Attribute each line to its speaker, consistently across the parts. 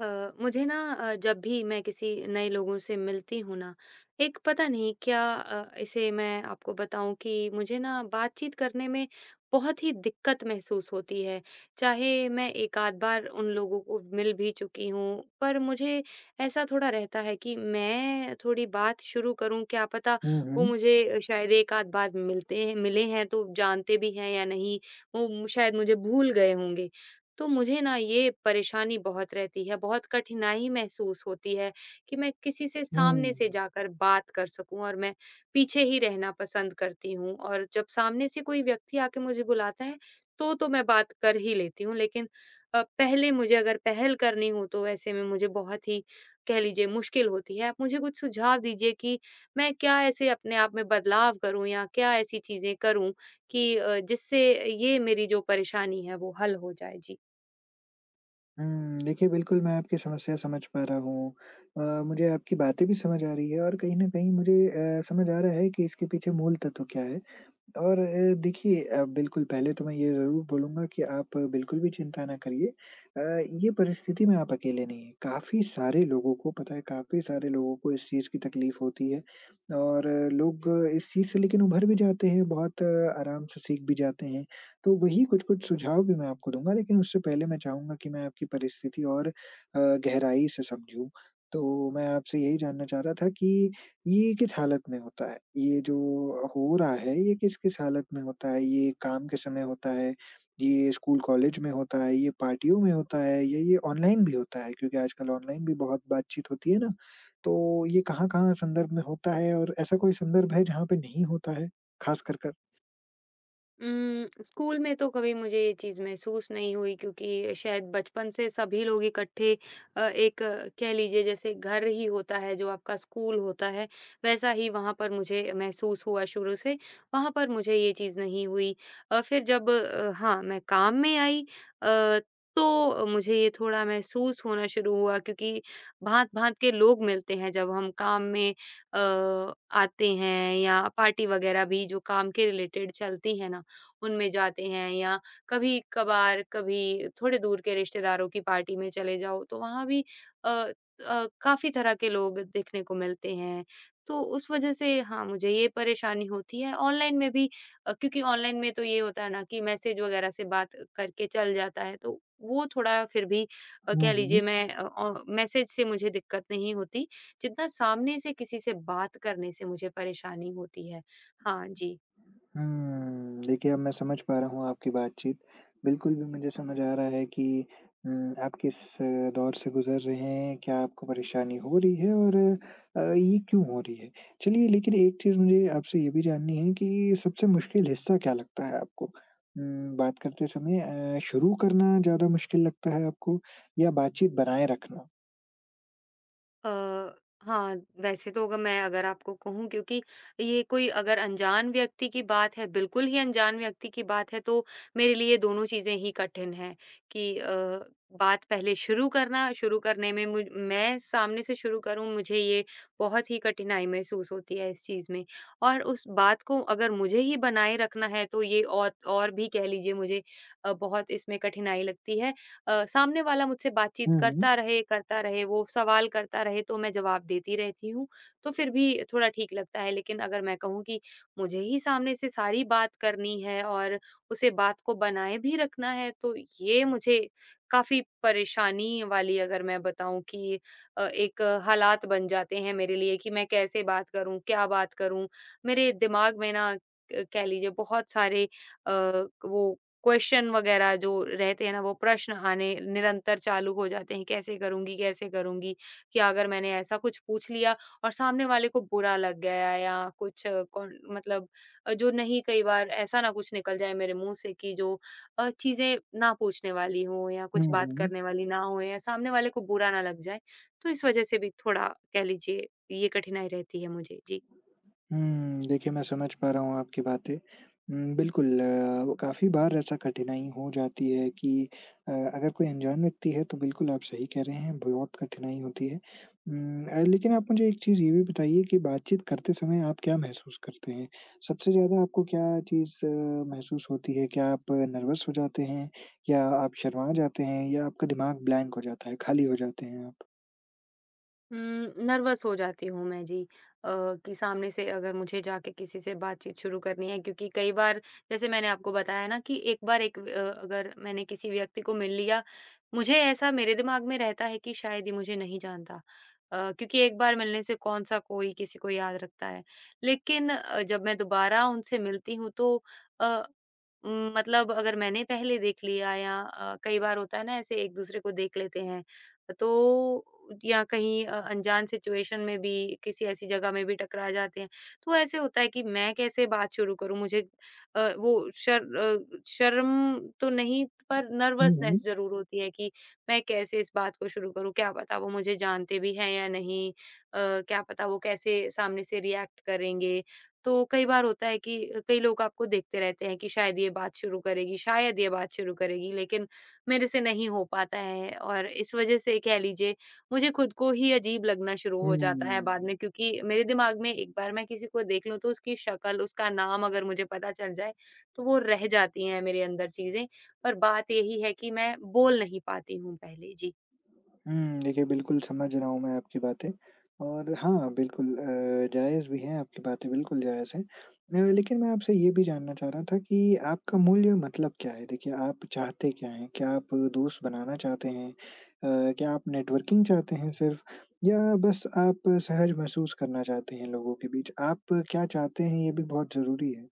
Speaker 1: अ, मुझे ना जब भी मैं किसी नए लोगों से मिलती हूँ ना, एक पता नहीं क्या, इसे मैं आपको बताऊं कि मुझे ना बातचीत करने में बहुत ही दिक्कत महसूस होती है। चाहे मैं एक आध बार उन लोगों को मिल भी चुकी हूँ, पर मुझे ऐसा थोड़ा रहता है कि मैं थोड़ी बात शुरू करूं, क्या पता
Speaker 2: हुँ,
Speaker 1: वो
Speaker 2: हुँ।
Speaker 1: मुझे शायद एक आध बार मिलते हैं मिले हैं तो जानते भी हैं या नहीं, वो शायद मुझे भूल गए होंगे। तो मुझे ना ये परेशानी बहुत रहती है, बहुत कठिनाई महसूस होती है कि मैं किसी से सामने से
Speaker 2: हुँ।
Speaker 1: जाकर बात कर सकूँ, और मैं पीछे ही रहना पसंद करती हूँ। और जब सामने से कोई व्यक्ति आके मुझे बुलाता है, तो मैं बात कर ही लेती हूँ, लेकिन पहले मुझे अगर पहल करनी हो तो ऐसे में मुझे बहुत ही, कह लीजिए, मुश्किल होती है। आप मुझे कुछ सुझाव दीजिए कि मैं क्या ऐसे अपने आप में बदलाव करूँ या क्या ऐसी चीज़ें करूँ कि जिससे ये मेरी जो परेशानी है वो हल हो जाए? जी।
Speaker 2: देखिए बिल्कुल मैं आपकी समस्या समझ पा रहा हूँ। मुझे आपकी बातें भी समझ आ रही है और कहीं न कहीं मुझे समझ आ रहा है कि इसके पीछे मूल तत्व क्या है। और देखिए बिल्कुल पहले तो मैं ये ज़रूर बोलूँगा कि आप बिल्कुल भी चिंता ना करिए। ये परिस्थिति में आप अकेले नहीं हैं, काफ़ी सारे लोगों को पता है, काफ़ी सारे लोगों को इस चीज़ की तकलीफ़ होती है और लोग इस चीज़ से लेकिन उभर भी जाते हैं, बहुत आराम से सीख भी जाते हैं। तो वही कुछ-कुछ सुझाव भी मैं आपको दूँगा, लेकिन उससे पहले मैं चाहूँगा कि मैं आपकी परिस्थिति और गहराई से समझूँ। तो मैं आपसे यही जानना चाह रहा था कि ये किस हालत में होता है? ये जो हो रहा है, ये किस-किस हालत में होता है? ये काम के समय होता है? ये स्कूल कॉलेज में होता है? ये पार्टियों में होता है? या ये ऑनलाइन भी होता है? क्योंकि आजकल ऑनलाइन भी बहुत बातचीत होती है ना, तो ये कहाँ-कहाँ संदर्भ में होता है और ऐसा कोई संदर्भ है जहाँ पे नहीं होता है, खास कर
Speaker 1: स्कूल में तो कभी मुझे ये चीज़ महसूस नहीं हुई, क्योंकि शायद बचपन से सभी लोग इकट्ठे एक कह लीजिए जैसे घर ही होता है, जो आपका स्कूल होता है, वैसा ही वहाँ पर मुझे महसूस हुआ शुरू से। वहाँ पर मुझे ये चीज़ नहीं हुई। फिर जब हाँ, मैं काम में आई, अ, तो मुझे ये थोड़ा महसूस होना शुरू हुआ, क्योंकि भाँत-भाँत के लोग मिलते हैं जब हम काम में अ, आते हैं, या पार्टी वगैरह भी जो काम के रिलेटेड चलती है ना, उनमें जाते हैं, या कभी-कभार, कभी थोड़े दूर के रिश्तेदारों की पार्टी में चले जाओ, तो वहाँ भी अ काफ़ी तरह के लोग देखने को मिलते हैं। तो उस वज़ह से, हाँ, मुझे ये परेशानी होती है। ऑनलाइन में भी, क्योंकि ऑनलाइन में तो ये होता है ना कि मैसेज वग़ैरह से बात करके चल जाता है, तो वो थोड़ा फिर भी, कह लीजिए,
Speaker 2: कर?
Speaker 1: मैं, मैसेज से मुझे दिक्कत नहीं होती, जितना सामने से किसी से बात करने से मुझे परेशानी होती है। हाँ जी।
Speaker 2: देखिए अब मैं समझ पा रहा हूँ आपकी बातचीत। बिल्कुल भी मुझे समझ आ रहा है कि आप किस दौर से गुज़र रहे हैं, क्या आपको परेशानी हो रही है और ये क्यों हो रही है। चलिए लेकिन एक चीज़ मुझे आपसे ये भी जाननी है कि सबसे मुश्किल हिस्सा क्या लगता है आपको? बात करते समय शुरू करना ज़्यादा मुश्किल लगता है आपको या बातचीत बनाए रखना?
Speaker 1: अ, हाँ, वैसे तो, अगर मैं अगर आपको कहूँ, क्योंकि ये कोई अगर अनजान व्यक्ति की बात है, बिल्कुल ही अनजान व्यक्ति की बात है, तो मेरे लिए दोनों चीज़ें ही कठिन हैं कि, बात पहले शुरू करना, शुरू करने में, मुझ मैं सामने से शुरू करूँ, मुझे ये बहुत ही कठिनाई महसूस होती है इस चीज़ में। और उस बात को अगर मुझे ही बनाए रखना है, तो ये और भी, कह लीजिए, मुझे बहुत इसमें कठिनाई लगती है। सामने वाला मुझसे बातचीत
Speaker 2: हुँ, हुँ।
Speaker 1: करता रहे, वो सवाल करता रहे तो मैं जवाब देती रहती हूँ, तो फिर भी थोड़ा ठीक लगता है। लेकिन अगर मैं कहूँ कि मुझे ही सामने से सारी बात करनी है और उसे बात को बनाए भी रखना है, तो ये मुझे काफ़ी परेशानी वाली, अगर मैं बताऊँ कि, एक हालात बन जाते हैं मेरे लिए कि मैं कैसे बात करूँ, क्या बात करूँ? मेरे दिमाग में ना, क कह लीजिए, बहुत सारे अ, वो क्वेश्चन वगैरह जो रहते हैं ना, वो प्रश्न आने निरंतर चालू हो जाते हैं, कैसे करूँगी, कैसे करूँगी? कि अगर मैंने ऐसा कुछ पूछ लिया और सामने वाले को बुरा लग गया, या कुछ कौन मतलब, जो नहीं, कई बार ऐसा ना कुछ निकल जाए मेरे मुँह से कि जो चीज़ें ना पूछने वाली हों या
Speaker 2: हुँ,
Speaker 1: कुछ बात
Speaker 2: हुँ।
Speaker 1: करने वाली ना हो, या सामने वाले को बुरा ना लग जाए। तो इस वजह से भी थोड़ा, कह लीजिए, ये कठिनाई रहती है मुझे। जी।
Speaker 2: देखिए मैं समझ पा रहा हूँ आपकी बातें। बिल्कुल काफ़ी बार ऐसा कठिनाई हो जाती है कि अगर कोई अनजान व्यक्ति है तो बिल्कुल आप सही कह रहे हैं, बहुत कठिनाई होती है। लेकिन आप मुझे एक चीज़ ये भी बताइए कि बातचीत करते समय आप क्या महसूस करते हैं? सबसे ज़्यादा आपको क्या चीज़ महसूस होती है? क्या आप नर्वस हो जाते हैं? या आप शर्मा जाते हैं? या आपका दिमाग ब्लैंक हो जाता है, खाली हो जाते हैं आप?
Speaker 1: हुँ। नर्वस हो जाती हूँ मैं जी। कि सामने से अगर मुझे जाके किसी से बातचीत शुरू करनी है, क्योंकि कई बार, जैसे मैंने आपको बताया ना कि एक बार, एक अगर मैंने किसी व्यक्ति को मिल लिया, मुझे ऐसा मेरे दिमाग में रहता है कि शायद ये मुझे नहीं जानता। क्योंकि एक बार मिलने से कौन-सा कोई किसी को याद रखता है। लेकिन जब मैं दोबारा उनसे मिलती हूँ, तो, अ, मतलब अगर मैंने पहले देख लिया, या कई बार होता है ना ऐसे एक-दूसरे को देख लेते हैं। तो, या कहीं अनजान सिचुएशन में भी, किसी ऐसी जगह में भी टकरा जाते हैं। तो ऐसे होता है कि मैं कैसे बात शुरू करूँ? मुझे वो शर्म तो नहीं, पर
Speaker 2: हुँ,
Speaker 1: नर्वसनेस
Speaker 2: हुँ।
Speaker 1: ज़रूर होती है कि मैं कैसे इस बात को शुरू करूँ? क्या पता वो मुझे जानते भी हैं या नहीं? क्या पता वो कैसे सामने से रिएक्ट करेंगे? तो कई बार होता है कि कई लोग आपको देखते रहते हैं कि शायद ये बात शुरू करेगी, शायद ये बात शुरू करेगी, लेकिन मेरे से नहीं हो पाता है। और इस वजह से, कह लीजिए, मुझे खुद को ही अजीब लगना शुरू हो जाता है बाद
Speaker 2: हुँ।
Speaker 1: में, क्योंकि मेरे दिमाग में एक बार मैं किसी को देख लूं, तो उसकी शक्ल, उसका नाम अगर मुझे पता चल जाए, तो वो रह जाती हैं मेरे अंदर चीजें। पर बात यही है कि मैं बोल नहीं पाती हूँ पहले। जी।
Speaker 2: देखिए बिल्कुल समझ रहा हूँ मैं आपकी बातें और हाँ, बिल्कुल जायज़ भी हैं आपकी बातें, बिल्कुल जायज़ हैं। लेकिन मैं आपसे ये भी जानना चाह रहा था कि आपका मूल्य मतलब क्या है? देखिए आप चाहते क्या हैं? क्या आप दोस्त बनाना चाहते हैं? क्या आप नेटवर्किंग चाहते हैं सिर्फ़ या बस आप सहज महसूस करना चाहते हैं लोगों के बीच? आप क्या चाहते हैं ये भी बहुत ज़रूरी है।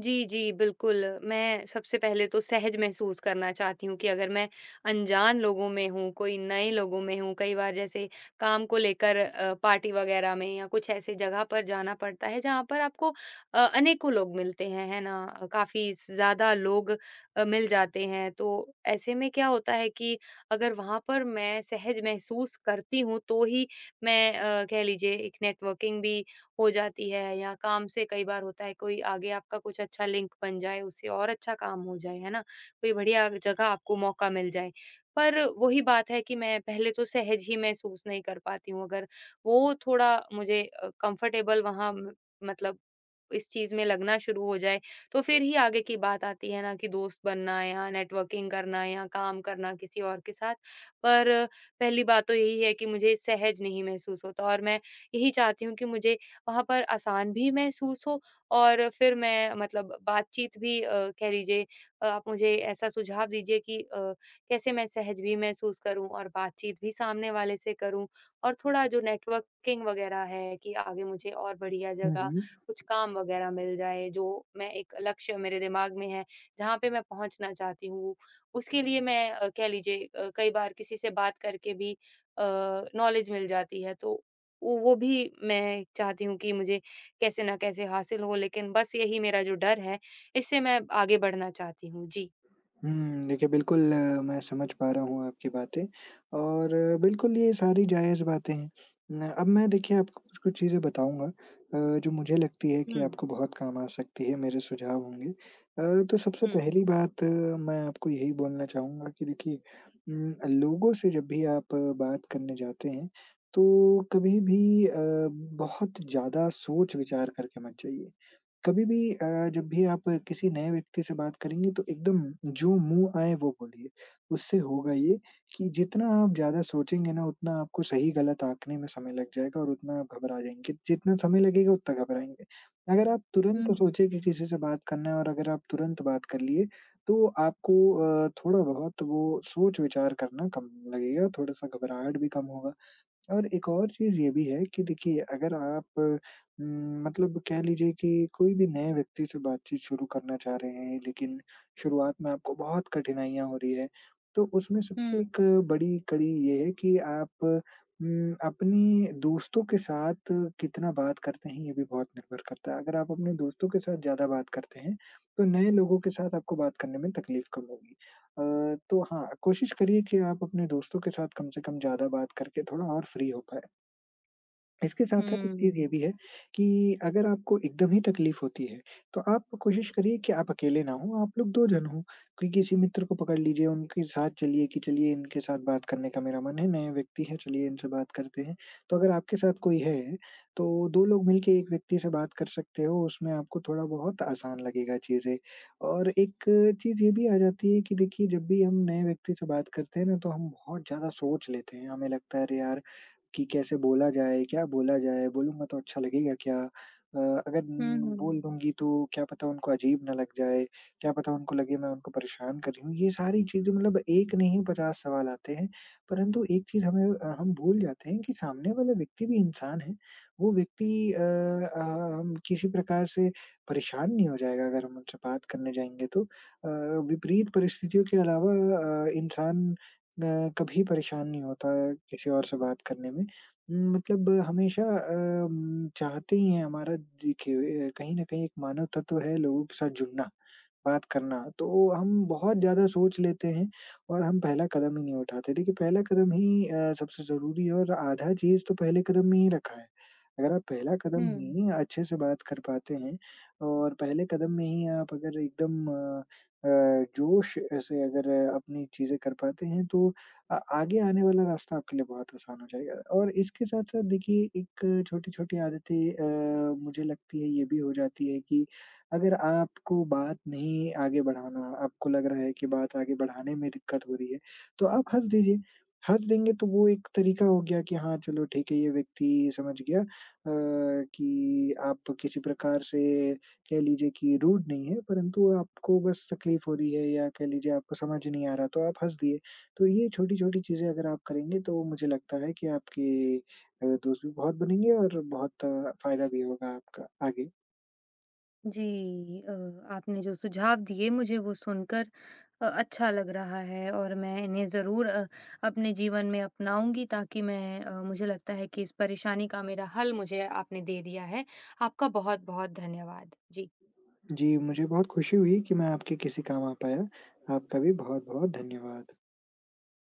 Speaker 1: जी, जी, बिल्कुल। मैं सबसे पहले तो सहज महसूस करना चाहती हूँ कि अगर मैं अनजान लोगों में हूँ, कोई नए लोगों में हूँ, कई बार जैसे काम को लेकर पार्टी वगैरह में या कुछ ऐसी जगह पर जाना पड़ता है, जहाँ पर आपको अनेकों लोग मिलते हैं, है ना? काफ़ी ज़्यादा लोग मिल जाते हैं, तो ऐसे में क्या होता है कि अगर वहाँ पर मैं सहज महसूस करती हूँ, तो ही मैं, कह लीजिए, एक नेटवर्किंग भी हो जाती है, या काम से कई बार होता है कोई आगे आपका कुछ अच्छा लिंक बन जाए, उससे और अच्छा काम हो जाए, है ना? कोई बढ़िया जगह आपको मौका मिल जाए। पर वही बात है कि मैं पहले तो सहज ही महसूस नहीं कर पाती हूँ, अगर वो थोड़ा मुझे कंफर्टेबल वहाँ, म मतलब इस चीज़ में लगना शुरू हो जाए, तो फिर ही आगे की बात आती है ना कि दोस्त बनना, या नेटवर्किंग करना, या काम करना किसी और के साथ। पर पहली बात तो यही है कि मुझे सहज नहीं महसूस होता, और मैं यही चाहती हूँ कि मुझे वहाँ पर आसान भी महसूस हो, और फिर मैं मतलब बातचीत भी, कह लीजिए, आप मुझे ऐसा सुझाव दीजिए कि, कैसे मैं सहज भी महसूस करूँ और बातचीत भी सामने वाले से करूँ, और थोड़ा जो नेटवर्किंग वगैरह है कि आगे मुझे और बढ़िया
Speaker 2: हुँ,
Speaker 1: जगह
Speaker 2: हुँ।
Speaker 1: कुछ काम वगैरह मिल जाए, जो मैं एक लक्ष्य मेरे दिमाग में है, जहाँ पे मैं पहुँचना चाहती हूँ। उसके लिए मैं, कह लीजिए, कई बार किसी से बात करके भी अ, नॉलेज मिल जाती है, तो वो भी मैं चाहती हूँ कि मुझे कैसे न कैसे हासिल हो, लेकिन बस यही मेरा जो डर है, इससे मैं आगे बढ़ना चाहती हूँ। जी।
Speaker 2: देखिए बिल्कुल मैं समझ पा रहा हूँ आपकी बातें और बिल्कुल ये सारी जायज़ बातें हैं। न अब मैं देखिए आपको कुछ-कुछ चीज़ें बताऊँगा जो मुझे लगती है कि
Speaker 1: हुँ।
Speaker 2: आपको बहुत काम आ सकती है, मेरे सुझाव होंगे। तो सबसे
Speaker 1: हुँ, हुँ।
Speaker 2: पहली बात मैं आपको यही बोलना चाहूँगा कि देखिए उम, लोगों से जब भी आप बात करने जाते हैं, तो कभी भी बहुत ज़्यादा सोच-विचार करके मत जाइए। कभी भी जब भी आप किसी नए व्यक्ति से बात करेंगे तो एकदम जो मुँह आए वो बोलिए। उससे होगा ये कि जितना आप ज़्यादा सोचेंगे ना उतना आपको सही-गलत आँकने में समय लग जाएगा और उतना आप घबरा जाएँगे। जितना समय लगेगा उतना घबराएँगे। अगर आप
Speaker 1: हुँ,
Speaker 2: तुरंत सोचे कि किसी से बात करना है और अगर आप तुरंत बात कर लिए तो आपको थोड़ा बहुत वो सोच-विचार करना कम लगेगा, थोड़ा-सा घबराहट भी कम होगा। और एक और चीज़ ये भी है कि देखिए अगर आप मतलब कह लीजिए कि कोई भी नए व्यक्ति से बातचीत शुरू करना चाह रहे हैं, लेकिन शुरुआत में आपको बहुत कठिनाइयाँ हो रही है, तो उसमें सबसे
Speaker 1: हुँ,
Speaker 2: एक बड़ी कड़ी ये है कि आप अपनी दोस्तों के साथ कितना बात करते हैं, ये भी बहुत निर्भर करता है। अगर आप अपने दोस्तों के साथ ज़्यादा बात करते हैं, तो नए लोगों के साथ आपको बात करने में तकलीफ कम होगी। अ, तो हाँ, कोशिश करिए कि आप अपने दोस्तों के साथ कम से कम ज़्यादा बात करके थोड़ा और फ्री हो पाएँ। इसके साथ-साथ एक चीज़
Speaker 1: हुँ,
Speaker 2: ये भी है कि अगर आपको एकदम ही तकलीफ़ होती है, तो आप कोशिश करिए कि आप अकेले ना हों, आप लोग 2 जन हों। कोई किसी मित्र को पकड़ लीजिए, उनके साथ चलिए कि चलिए इनके साथ बात करने का मेरा मन है, नए व्यक्ति है, चलिए इनसे बात करते हैं। तो अगर आपके साथ कोई है, तो 2 लोग मिल के 1 व्यक्ति से बात कर सकते हो, उसमें आपको थोड़ा बहुत आसान लगेगा चीज़ें। और एक चीज़ ये भी आ जाती है कि देखिए जब भी हम नए व्यक्ति से बात करते हैं ना, तो हम बहुत ज़्यादा सोच लेते हैं। हमें लगता है अरे यार! कि कैसे बोला जाए, क्या बोला जाए? बोलूँगा तो अच्छा लगेगा क्या? अ, अगर
Speaker 1: हुँ,
Speaker 2: बोल
Speaker 1: हुँ,
Speaker 2: दूँगी तो क्या पता उनको अजीब ना लग जाए, क्या पता उनको लगे मैं उनको परेशान कर रही हूँ। ये सारी चीज़ें मतलब एक नहीं 50 सवाल आते हैं, परंतु एक चीज़ हमें हम भूल जाते हैं कि सामने वाला व्यक्ति भी इंसान है। वो व्यक्ति हम किसी प्रकार से परेशान नहीं हो जाएगा अगर हम उनसे बात करने जाएँगे तो। विपरीत परिस्थितियों के अलावा इंसान कभी परेशान नहीं होता किसी और से बात करने में। मतलब हमेशा चाहते ही हैं हमारा देखिए कहीं न कहीं एक मानव तत्व है लोगों के साथ जुड़ना, बात करना, तो हम बहुत ज़्यादा सोच लेते हैं और हम पहला कदम ही नहीं उठाते। देखिए पहला कदम ही सबसे ज़रूरी है और आधा चीज़ तो पहले कदम में ही रखा है। अगर आप पहला कदम
Speaker 1: हुँ।
Speaker 2: ही अच्छे से बात कर पाते हैं और पहले कदम में ही आप अगर एकदम अ, जोश से अगर अपनी चीज़ें कर पाते हैं तो आगे आने वाला रास्ता आपके लिए बहुत आसान हो जाएगा और इसके साथ-साथ देखिए एक छोटी-छोटी आदतें मुझे लगती है ये भी हो जाती है कि अगर आपको बात नहीं आगे बढ़ाना, आपको लग रहा है कि बात आगे बढ़ाने में दिक्कत हो रही है, तो आप हँस दीजिए। हँस देंगे तो वो एक तरीका हो गया कि हाँ, चलो ठीक है ये व्यक्ति समझ गया कि आप किसी प्रकार से कह लीजिए कि रूड नहीं है परंतु आपको बस तकलीफ हो रही है या कह लीजिए आपको समझ नहीं आ रहा तो आप हँस दिए। तो ये छोटी-छोटी चीज़ें अगर आप करेंगे तो मुझे लगता है कि आपके दोस्त भी बहुत बनेंगे और बहुत फ़ायदा भी होगा आपका आगे।
Speaker 1: जी, आपने जो सुझाव दिए मुझे वो सुनकर अच्छा लग रहा है, और मैं इन्हें ज़रूर अपने जीवन में अपनाऊंगी, ताकि मैं, मुझे लगता है कि इस परेशानी का मेरा हल मुझे आपने दे दिया है। आपका बहुत-बहुत धन्यवाद। जी।
Speaker 2: जी, मुझे बहुत खुशी हुई कि मैं आपके किसी काम आ पाया। आपका भी बहुत-बहुत धन्यवाद।